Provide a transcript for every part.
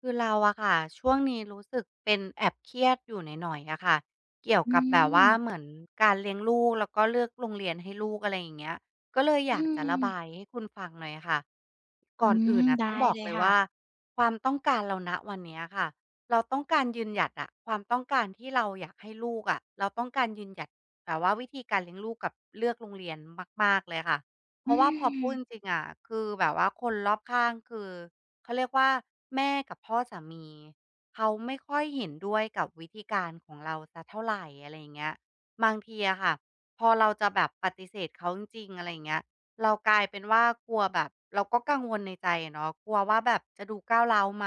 คือเราอะค่ะช่วงนี้รู้สึกเป็นแอบเครียดอยู่หน่อยๆอะค่ะเกี่ยวอืกับแบบว่าเหมืม อนการเลี้ยงลูกแล้วก็เลือกโรงเรียนให้ลูกอะไรอย่างเงี้ยก็เลยออืยากจะม ระบายให้คุณฟังหน่อยอะค่ะอืก่อนอื่ม นนะได้ต้องบอกเลยเลยค่ะ ว่าความต้องการเราณวันเนี้ยค่ะเราต้องการยืนหยัดอะความต้องการที่เราอยากให้ลูกอะเราต้องการยืนหยัดแบบว่าวิธีการเลี้ยงลูกกับเลือกโรงเรียนมากๆเลยค่ะเพอืราะว่าพอพูดจม ริงๆอะคือแบบว่าคนรอบข้างคือ เขาเรียกว่าแม่กับพ่อสามีเขาไม่ค่อยเห็นด้วยกับวิธีการของเราสักเท่าไรอะไรอย่างเงี้ยบางทีอะค่ะพอเราจะแบบปฏิเสธเขาจริงๆอะไรอย่างเงี้ยเรากลายเป็นว่ากลัวแบบเราก็กังวลในใจอะเนาะกลัวว่าแบบจะดูก้าวร้าวไหม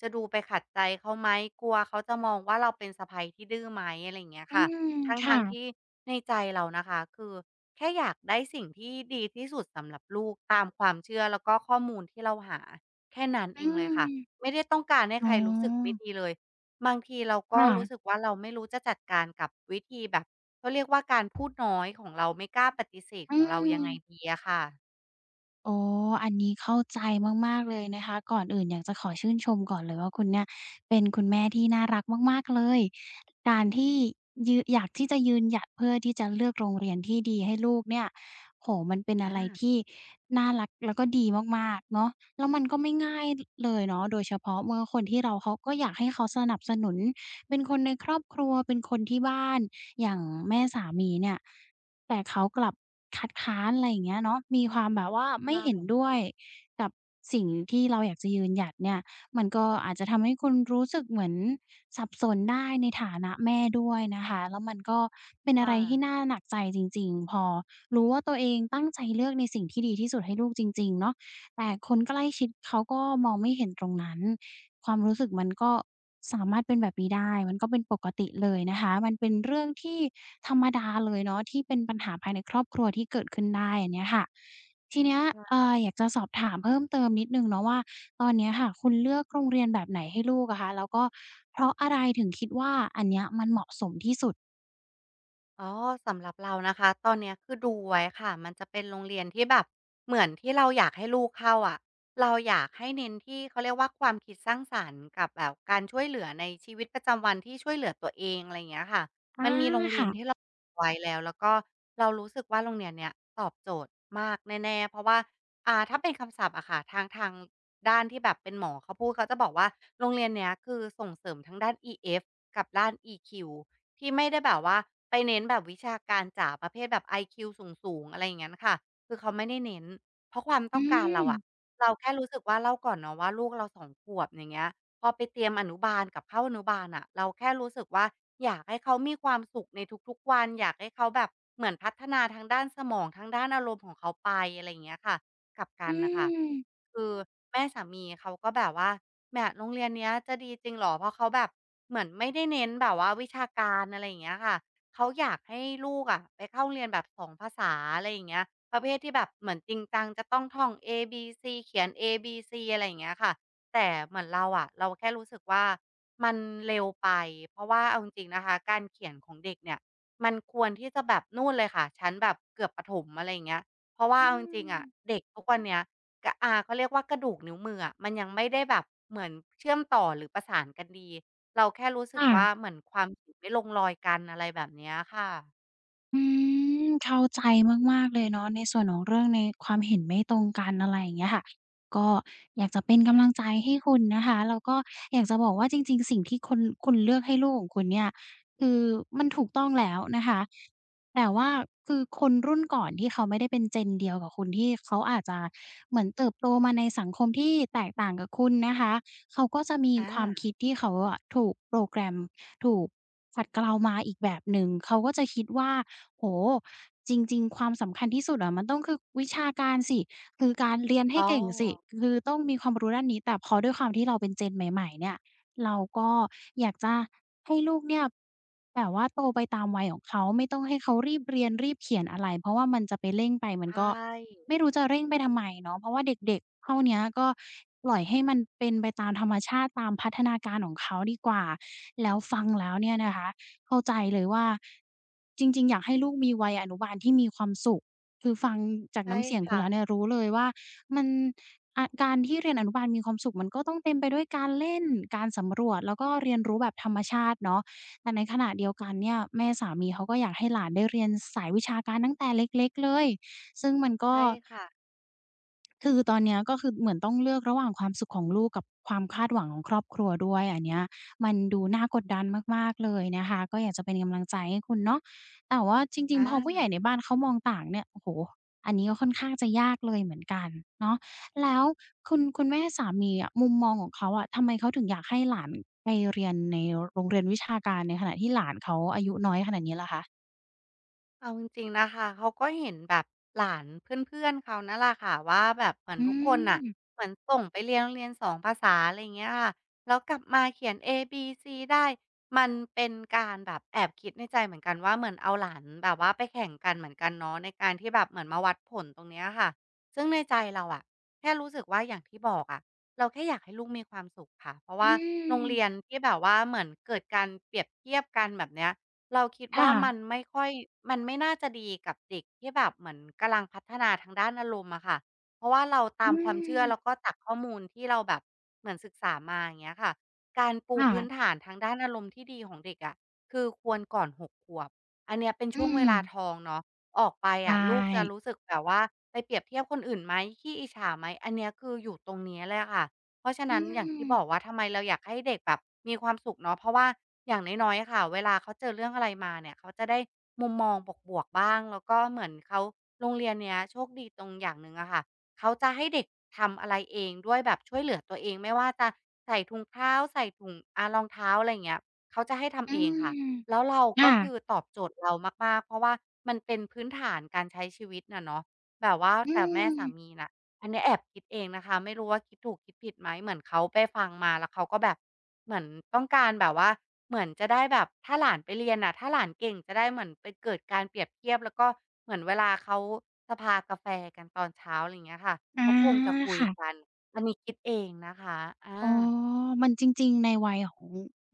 จะดูไปขัดใจเขาไหมกลัวเขาจะมองว่าเราเป็นสะใภ้ที่ดื้อไหมอะไรอย่างเงี้ยอืค่ะมทค่ะ ั้งๆที่ในใจเรานะคะคือแค่อยากได้สิ่งที่ดีที่สุดสำหรับลูกตามความเชื่อแล้วก็ข้อมูลที่เราหา แค่นั้นอืเองเลยค่ะมไม่ได้ต้องการให้อ๋ใคอรรู้สึกไม่ดีเลยบางทีเราก็ค่ะรู้สึกว่าเราไม่รู้จะจัดการกับวิธีแบบเขาเรียกว่าการพูดน้อยของเราไม่กล้าปฏิเสธอืของเรายัม งไงดีอะค่ะอ๋ออันนี้เข้าใจมากๆเลยนะคะก่อนอื่นอยากจะขอชื่นชมก่อนเลยว่าคุณเนี่ยเป็นคุณแม่ที่น่ารักมากๆเลยการที่อยากที่จะยืนหยัดเพื่อที่จะเลือกโรงเรียนที่ดีให้ลูกเนี่ยโอ้โฮมันเป็นอะอาไรที่น่ารักแล้วก็ดีมากๆเนาะแล้วมันก็ไม่ง่ายลเลยเนาะโดยเฉพาะเมื่อคนที่เราเขาก็อยากให้เขาสนับสนุนเป็นคนในครอบครัวเป็นคนที่บ้านอย่างแม่สามีเนี่ย แต่เขากลับคัดค้านอะไรอย่างเงี้ยเนาะมีความแบบว่าไม่เห็นค่ะด้วยกับสิ่งที่เราอยากจะยืนหยัดเนี่ยมันก็อาจจะทำให้คุณรู้สึกเหมือนสับสนได้ในฐานะแม่ด้วยนะคะแล้วมันก็เป็นอะไรค่ะ ที่น่าหนักใจจริงๆพอรู้ว่าตัวเองตั้งใจเลือกในสิ่งที่ดีที่สุดให้ลูกจริงๆเนาะแต่คนใกล้ชิดเขาก็มองไม่เห็นตรงนั้นความรู้สึกมันก็ สามารถเป็นแบบนี้ได้ มันก็เป็นปกติเลยนะคะมันเป็นเรื่องที่ธรรมดาเลยเนาะที่เป็นปัญหาภายในครอบครัวที่เกิดขึ้นได้อันเนี้ยค่ะทีเนี้ยอยากจะสอบถามเพิ่มเติมนิดหนึ่งเนาะว่า ตอนเนี้ยค่ะคุณเลือกโรงเรียนแบบไหนให้ลูกอะคะแล้วก็เพราะอะไรอ๋อสำหรับเรานะคะตอนเนี้ยคือดูไว้ค่ะมันจะเป็นโรงเรียนที่แบบเหมือนที่เราอยากให้ลูกเข้าอะเราอยากให้เน้นที่เขาเรียกว่าความคิดสร้างสรรค์กับแบบการช่วยเหลือในชีวิตประจำวันที่ช่วยเหลือตัวเองอะไรอย่างเงี้ยค่ะอามันมีโรงเรียนที่ค่ะเราไว้แล้วแล้วก็เรารู้สึกว่าโรงเรียนเนี้ยตอบโจทย์มากแน่ๆเพราะว่าถ้าเป็นคำศัพท์อะค่ะทางด้านที่แบบเป็นหมอเขาพูดเขาจะบอกว่าโรงเรียนเนี้ยคือส่งเสริมทั้งด้าน EF กับด้าน EQ ที่ไม่ได้แบบว่าไปเน้นแบบวิชาการจ๋าประเภทแบบ IQ สูงๆอะไรอย่างงั้นค่ะคือเขาไม่ได้เน้นเพราะความอืต้องการเรามอะเราแค่รู้สึกว่าเล่าก่อนเนาะว่าลูกเราสองขวบอย่างเงี้ยพอไปเตรียมอนุบาลกับเข้าอนุบาลน่ะเราแค่รู้สึกว่าอยากให้เขามีความสุขในทุกๆวันอยากให้เขาแบบเหมือนพัฒนาทางด้านสมองทางด้านอารมณ์ของเขาไปอะไรอย่างเงี้ยค่ะกลับกัอืนน่ะค่ะมคือ แม่สามีเขาก็แบบว่าแหมโรงเรียนเนี้ยจะดีจริงเหรอเพราะเขาแบบเหมือนไม่ได้เน้นแบบว่าวิชาการอะไรอย่างเงี้ยค่ะเขาอยากให้ลูกอะไปเข้าเรียนแบบสองภาษาอะไรอย่างเงี้ยประเภทที่แบบเหมือนจริงจังจะต้องท่อง A B C เขียน A B C อะไรอย่างเงี้ยค่ะแต่เหมือนเราอะเราแค่รู้สึกว่ามันเร็วไปเพราะว่าเอาจริงๆนะคะการเขียนของเด็กเนี่ยมันควรที่จะแบบนู่นเลยค่ะชั้นแบบเกือบประถมอะไรอย่างเงี้ยเพราะว่าอืเอาจริงๆอะมเด็กทุกวันเนี้ย กะเขาเรียกว่ากระดูกนิ้วมืออะมันยังไม่ได้แบบเหมือนเชื่อมต่อหรือประสานกันดีเราแค่รู้สึกว่าค่ะ เหมือนความเห็นไม่ลงรอยกันอะไรแบบเนี้ยค่ะอืมเข้าใจมากๆเลยเนาะในส่วนของเรื่องในความเห็นไม่ตรงกันอะไรอย่างเงี้ยค่ะก็อยากจะเป็นกำลังใจให้คุณนะคะแล้วก็อยากจะบอกว่าจริงๆสิ่งที่คุณเลือกให้ลูกของคุณเนี่ยคือมันถูกต้องแล้วนะคะแต่ว่าคือคนรุ่นก่อนที่เขาไม่ได้เป็น Gen เดียวกับคุณที่เขาอาจจะเหมือนเติบโตมาในสังคมที่แตกต่างกับคุณนะคะเขาก็จะมีความอาคิดที่เขาอะถูกโปรแกรมถูกขัดเกลามาอีกแบบหนึ่งเขาก็จะคิดว่า โอ้โฮจริงๆความสำคัญที่สุดอะมันต้องคือวิชาการสิคือการเรียนให้อ๋อเก่งสิคือต้องมีความรู้ด้านนี้ แต่พอด้วยความที่เราเป็น Gen ใหม่ๆเนี่ยเราก็อยากจะให้ลูกเนี่ยแบบว่าโตไปตามวัยของเขา ไม่ต้องให้เขารีบเรียนรีบเขียนอะไร เพราะว่ามันจะไปเร่งไปมันใชก็่ไม่รู้จะเร่งไปทำไมเนาะ เพราะว่าเด็กๆเท่าเนี้ยก็ปล่อยให้มันเป็นไปตามธรรมชาติตามพัฒนาการของเขาดีกว่าแล้วฟังแล้วเนี่ยนะคะ เข้าใจเลยว่าจริงๆอยากให้ลูกมีวัยอนุบาลที่มีความสุขคือฟังจากใช่น้ำเสียงคุณค่ะแล้วเนี่ยรู้เลยว่ามันอะการที่เรียนอนุบาลมีความสุขมันก็ต้องเต็มไปด้วยการเล่นการสำรวจแล้วก็เรียนรู้แบบธรรมชาติเนาะแต่ในขณะเดียวกันเนี่ยแม่สามีเขาก็อยากให้หลานได้เรียนสายวิชาการตั้งแต่เล็กๆเลยซึ่งมันก็ ใช่ค่ะคือตอนเนี้ยก็คือเหมือนต้องเลือกระหว่างความสุขของลูกกับความคาดหวังของครอบครัวด้วยอันเนี้ยมันดูน่ากดดันมากๆเลยนะคะก็อยากจะเป็นกำลังใจให้คุณเนาะแต่ว่าจริงๆพอผู้ใหอา ญ่ในบ้านเขามองต่างเนี่ยโอ้โฮอันนี้ก็ค่อนข้างจะยากเลยเหมือนกันเนาะแล้วคุณแม่สามีอะมุมมองของเขาอะทำไมเขาถึงอยากให้หลานไปเรียนในโรงเรียนวิชาการในขณะที่หลานเขาอายุน้อยขนาดนี้ล่ะคะเอาจริงๆนะคะเขาก็เห็นแบบหลานเพื่อนๆเขานั่นแหละค่ะว่าแบบเหมือนอืทุกคนน่ะมเหมือนส่งไปเรียนโรงเรียนสองภาษาอะไรอยเงี้ยค่ะแล้วกลับมาเขียนเอบีซีได้มันเป็นการแบบแอบคิดในใจเหมือนกันว่าเหมือนเอาหลานแบบว่าไปแข่งกันเหมือนกันเนาะในการที่แบบเหมือนมาวัดผลตรงเนี้ยค่ะซึ่งในใจเราอะแค่รู้สึกว่าอย่างที่บอกอะเราแค่อยากให้ลูกมีความสุขค่ะเพราะอืว่าโรงเรียนมที่แบบว่าเหมือนเกิดการเปรียบเทียบกันแบบเนี้ย เราคิดค่ะว่ามันไม่ค่อยมันไม่น่าจะดีกับเด็กที่แบบเหมือนกำลังพัฒนาทางด้านอารมณ์อะค่ะเพราะว่าเราตาอืมความเชื่อมแล้วก็จากข้อมูลที่เราแบบเหมือนศึกษามาอย่างเงี้ยค่ะการปูค่ะพื้นฐานทางด้านอารมณ์ที่ดีของเด็กอะคือควรก่อนหกขวบอันเนี้ยเป็นอืช่วงเวม ลาทองเนาะออกไปใชอะลูกจะ่รู้สึกแบบว่าไปเปรียบเทียบคนอื่นไหมขี้อิจฉาไหมอันเนี้ยคืออยู่ตรงเนี้ยเลยอะค่ะ เพราะฉะอืนั้นอย่างที่มบอกว่าทำไมเราอยากให้เด็กแบบมีความสุขเนาะเพราะว่าอย่างน้อยๆอะค่ะเวลาเขาเจอเรื่องอะไรมาเนี่ยเขาจะได้มุมมองบวกๆบ้างแล้วก็เหมือนเขาโรงเรียนเนี้ยโชคดีตรงอย่างหนึ่งอะค่ะเขาจะให้เด็กทำอะไรเองด้วยแบบช่วยเหลือตัวเองไม่ว่าจะใส่ถุงเท้าใส่ถุงรองเท้าอะไรอย่างเงี้ยเขาจะให้ทำอืเองค่ะมแล้วเราค่ะก็คือตอบโจทย์เรามากๆเพราะว่ามันเป็นพื้นฐานการใช้ชีวิตน่ะเนาะแบบว่าอืแต่แม่สามมีน่ะ อันนี้แอบคิดเองนะคะไม่รู้ว่าคิดถูกคิดผิดไหมเหมือนเขาไปฟังมาแล้วเขาก็แบบเหมือนต้องการแบบว่าเหมือนจะได้แบบถ้าหลานไปเรียนน่ะถ้าหลานเก่งจะได้เหมือนไปเกิดการเปรียบเทียบแล้วก็เหมือนเวลาเขาสภากาแฟกันตอนเช้าอะไรอย่างเงี้ยค่ะอาเขาคงจะคุยค่ะกันอันนี้คิดเองนะคะอาอ๋อมันจริงๆในวัยของ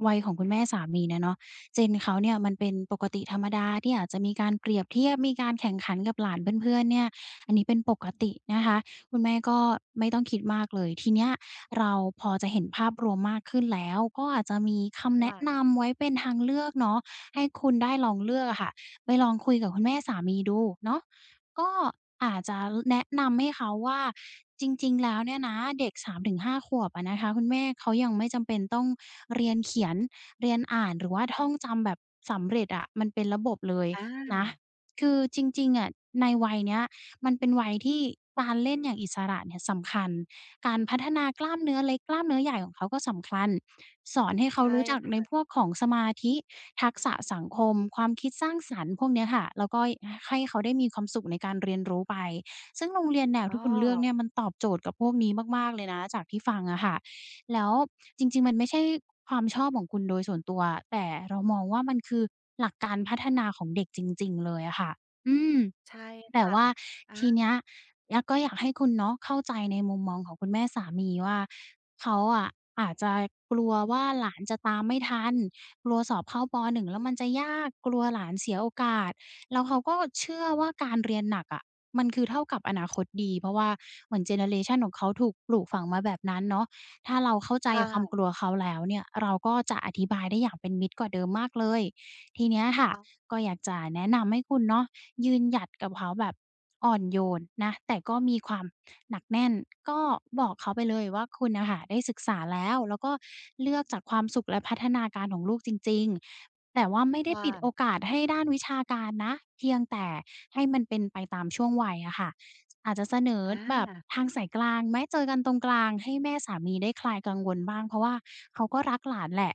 วัยของคุณแม่สามีเนี่ยเนาะGen เขาเนี่ยมันเป็นปกติธรรมดาที่อาจจะมีการเปรียบเทียบมีการแข่งขันกับหลานเพื่อนๆเนี่ยอันนี้เป็นปกตินะคะคุณแม่ก็ไม่ต้องคิดมากเลยทีเนี้ยเราพอจะเห็นภาพรวมมากขึ้นแล้วก็อาจจะมีคำแนะว่านำไว้เป็นทางเลือกเนาะให้คุณได้ลองเลือกอะค่ะไปลองคุยกับคุณแม่สามีดูเนาะ ก็อาจจะแนะนำให้เขาว่าจริงๆ แล้วเนี่ยนะเด็ก3-5ขวบอะนะคะคุณแม่เขายังไม่จำเป็นต้องเรียนเขียนเรียนอ่านหรือว่าท่องจำแบบสำเร็จอะมันเป็นระบบเลยอนะาคือจริงๆอะในวัยเนี้ยมันเป็นวัยที่การเล่นอย่างอิสระเนี่ยสำคัญการพัฒนากล้ามเนื้อเล็กกล้ามเนื้อใหญ่ของเขาก็สำคัญ สอนให้เขาใช่รู้จักในพค่ะวกของสมาธิทักษะสังคมความคิดสร้างสรรค์พวกเนี้ยค่ะแล้วก็ให้เขาได้มีความสุขในการเรียนรู้ไปซึ่งโรงเรียนแนวอ้ที่อคุณเลือกเนี่ยมันตอบโจทย์กับพวกนี้มากๆเลยนะจากที่ฟังอะค่ะแล้วจริงๆมันไม่ใช่ความชอบของคุณโดยส่วนตัวแต่เรามองว่ามันคือหลักการพัฒนาของเด็กจริงๆเลยอะค่ะอืมใช่แต่ค่ะว่าทีอาเนี้ย แล้วก็อยากให้คุณเนาะเข้าใจในมุมมองของคุณแม่สามีว่าเขาอะอาจจะกลัวว่าหลานจะตามไม่ทันกลัวสอบเข้าป1แล้วมันจะยากกลัวหลานเสียโอกาสแล้วเขาก็เชื่อว่าการเรียนหนักอะมันคือเท่ากับอนาคตดีเพราะว่าเหมือนเจเนอเรชันของเขาถูกปลูกฝังมาแบบนั้นเนาะถ้าเราเข้าใจคความก่ะลัวเขาแล้วเนี่ยเราก็จะอธิบายได้อย่างเป็นมิตรกว่าเดิมมากเลยทีเนี้ยค่ะต้องก็อยากจะแนะนำให้คุณเนาะ ยืนหยัดกับเขาแบบอ่อนโยนนะแต่ก็มีความหนักแน่นก็บอกเขาไปเลยว่าคุณน่ะค่ะได้ศึกษาแล้วแล้วก็เลือกจากความสุขและพัฒนาการของลูกจริงๆแต่ว่าไม่ได้ค่ะปิดโอกาสให้ด้านวิชาการนะเพียงแต่ให้มันเป็นไปตามช่วงวัยอะค่ะอาจจะเสนออแบบาทางสายกลางไหมเจอกันตรงกลางให้แม่สามีได้คลายกังวลบ้างเพราะว่าเขาก็รักหลานแหละ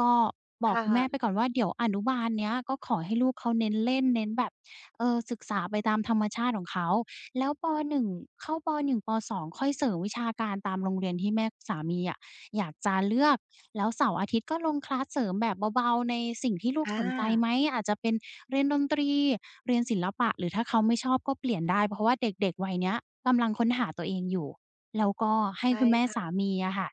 ก็บคอกคุณแม่ไป่ะก่อนว่าเดี๋ยวอนุบาลเนี้ยก็ขอให้ลูกเขาเน้นเล่นเน้นแบบ เออศึกษาไปตามธรรมชาติของเขาแล้วป1เข้าป1ปสอ2ค่อยเสริมวิชาการตามโรงเรียนที่แม่สามีอะอยากจะเลือกแล้วเสาร์อาทิตย์ก็ลงคลาสเสริมแบบเบาๆในสิ่งที่ลูกอาสนใจไหมอาจจะเป็นเรียนดนตรีเรียนศิลปะหรือถ้าเขาไม่ชอบก็เปลี่ยนได้เพราะว่าเด็กๆวัยเนี้ยกำลังค้นหาตัวเองอยู่แล้วก็ให้ใช่คุณแม่สาค่ะมีอะค่ะ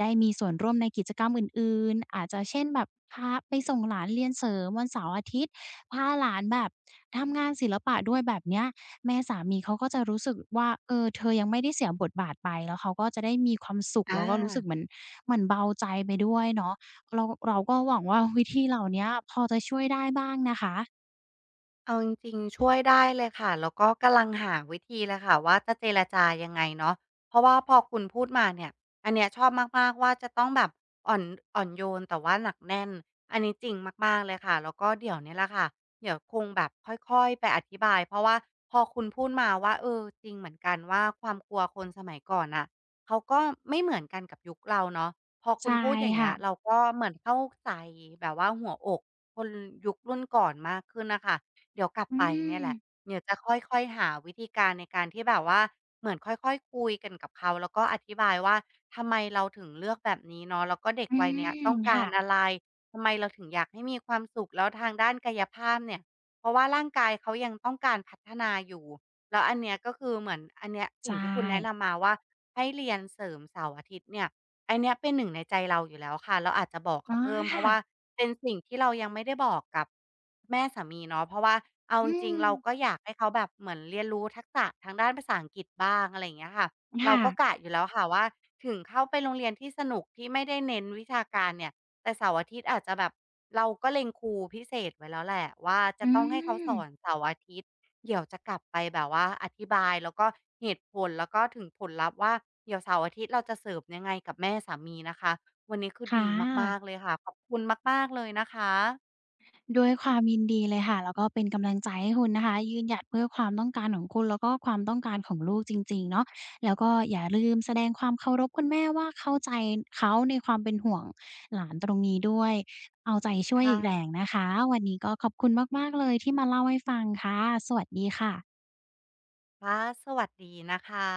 ได้มีส่วนร่วมในกิจกรรมอื่นๆอาจจะเช่นแบบพาไปส่งหลานเรียนเสริมวันเสาร์อาทิตย์พาหลานแบบทำงานศิลปะด้วยแบบเนี้ยแม่สามีเขาก็จะรู้สึกว่าเออเธอยังไม่ได้เสียบทบาทไปแล้วเขาก็จะได้มีความสุขอแล้วก็รู้สึกเหา มือนเหมือนเบาใจไปด้วยเนาะเราก็หวังว่าวิธีเหล่าเนี้ยพอจะช่วยได้บ้างนะคะเอาจริงๆช่วยได้เลยค่ะแล้วก็กำลังหาวิธีเลยค่ะว่าจะเจรจายังไงเนาะเพราะว่าพอคุณพูดมาเนี่ยอันเนี้ยชอบมากๆว่าจะต้องแบบอ่อนอ่อนโยนแต่ว่าหนักแน่นอันนี้จริงมากๆเลยค่ะแล้วก็เดี๋ยวเนี้ยแหละค่ะเดี๋ยวคงแบบค่อยๆไปอธิบายเพราะว่าพอคุณพูดมาว่าเออจริงเหมือนกันว่าความกลัวคนสมัยก่อนน่ะเขาก็ไม่เหมือนกันกับยุคเราเนาะพอคุใช่ณพูดอย่างเงี้ค่ะยเราก็เหมือนเข้าใจแบบว่าหัวอกคนยุครุ่นก่อนมากขึ้นนะคะ เดี๋ยวกลับอืไปเนี่มยแหละเดี๋ยวจะค่อยๆหาวิธีการในการที่แบบว่าเหมือนค่อยๆคุยกันกับเขาแล้วก็อธิบายว่าทำไมเราถึงเลือกแบบนี้เนาะแล้วก็เด็กอืวัยเนี้ยมต้องกาค่ะรอะไรทำไมเราถึงอยากให้มีความสุขแล้วทางด้านกายภาพเนี่ยเพราะว่าร่างกายเขายังต้องการพัฒนาอยู่แล้วอันเนี้ยก็คือเหมือนอันเนี้ยสิ่ใช่งที่คุณแนะนำมาว่าให้เรียนเสริมเสาร์อาทิตย์เนี่ย อันเนี้ยเป็นหนึ่งในใจเราอยู่แล้วค่ะเราอาจจะบอกอ๋อเขาเพิ่มเพค่ะราะว่าเป็นสิ่งที่เรายังไม่ได้บอกกับแม่สามีเนาะเพราะว่าเอาอืจริงมๆเราก็อยากให้เขาแบบเหมือนเรียนรู้ทักษะทางด้านภาษาอังกฤษบ้างอะไรอย่างเงี้ยค่ะเราค่ะก็กะอยู่แล้วค่ะว่าถึงเข้าไปโรงเรียนที่สนุกที่ไม่ได้เน้นวิชาการเนี่ยแต่เสาร์อาทิตย์อาจจะแบบเราก็เล็งครูพิเศษไว้แล้วแหละว่าอืจะต้องให้เขาสอนมเสาร์อาทิตย์ เดี๋ยวจะกลับไปแบบว่าอธิบายแล้วก็เหตุผลแล้วก็ถึงผลลัพธ์ว่าเดี๋ยวเสาร์อาทิตย์เราจะเสิร์ฟยังไงกับแม่สามีนะคะวันนี้คือค่ดีมากๆะ เลยค่ะขอบคุณมากๆเลยนะคะด้วยความยินดีเลยค่ะแล้วก็เป็นกำลังใจให้คุณนะคะยืนหยัดเพื่อความต้องการของคุณแล้วก็ความต้องการของลูกจริงๆเนาะแล้วก็อย่าลืมแสดงความเคารพคุณแม่ว่าเข้าใจเขาในความเป็นห่วงหลานตรงนี้ด้วยเอาใจช่วยอีกแรงค่ะนะคะวันนี้ก็ขอบคุณมากๆเลยที่มาเล่าให้ฟังค่ะสวัสดีค่ะค่ะสวัสดีนะคะ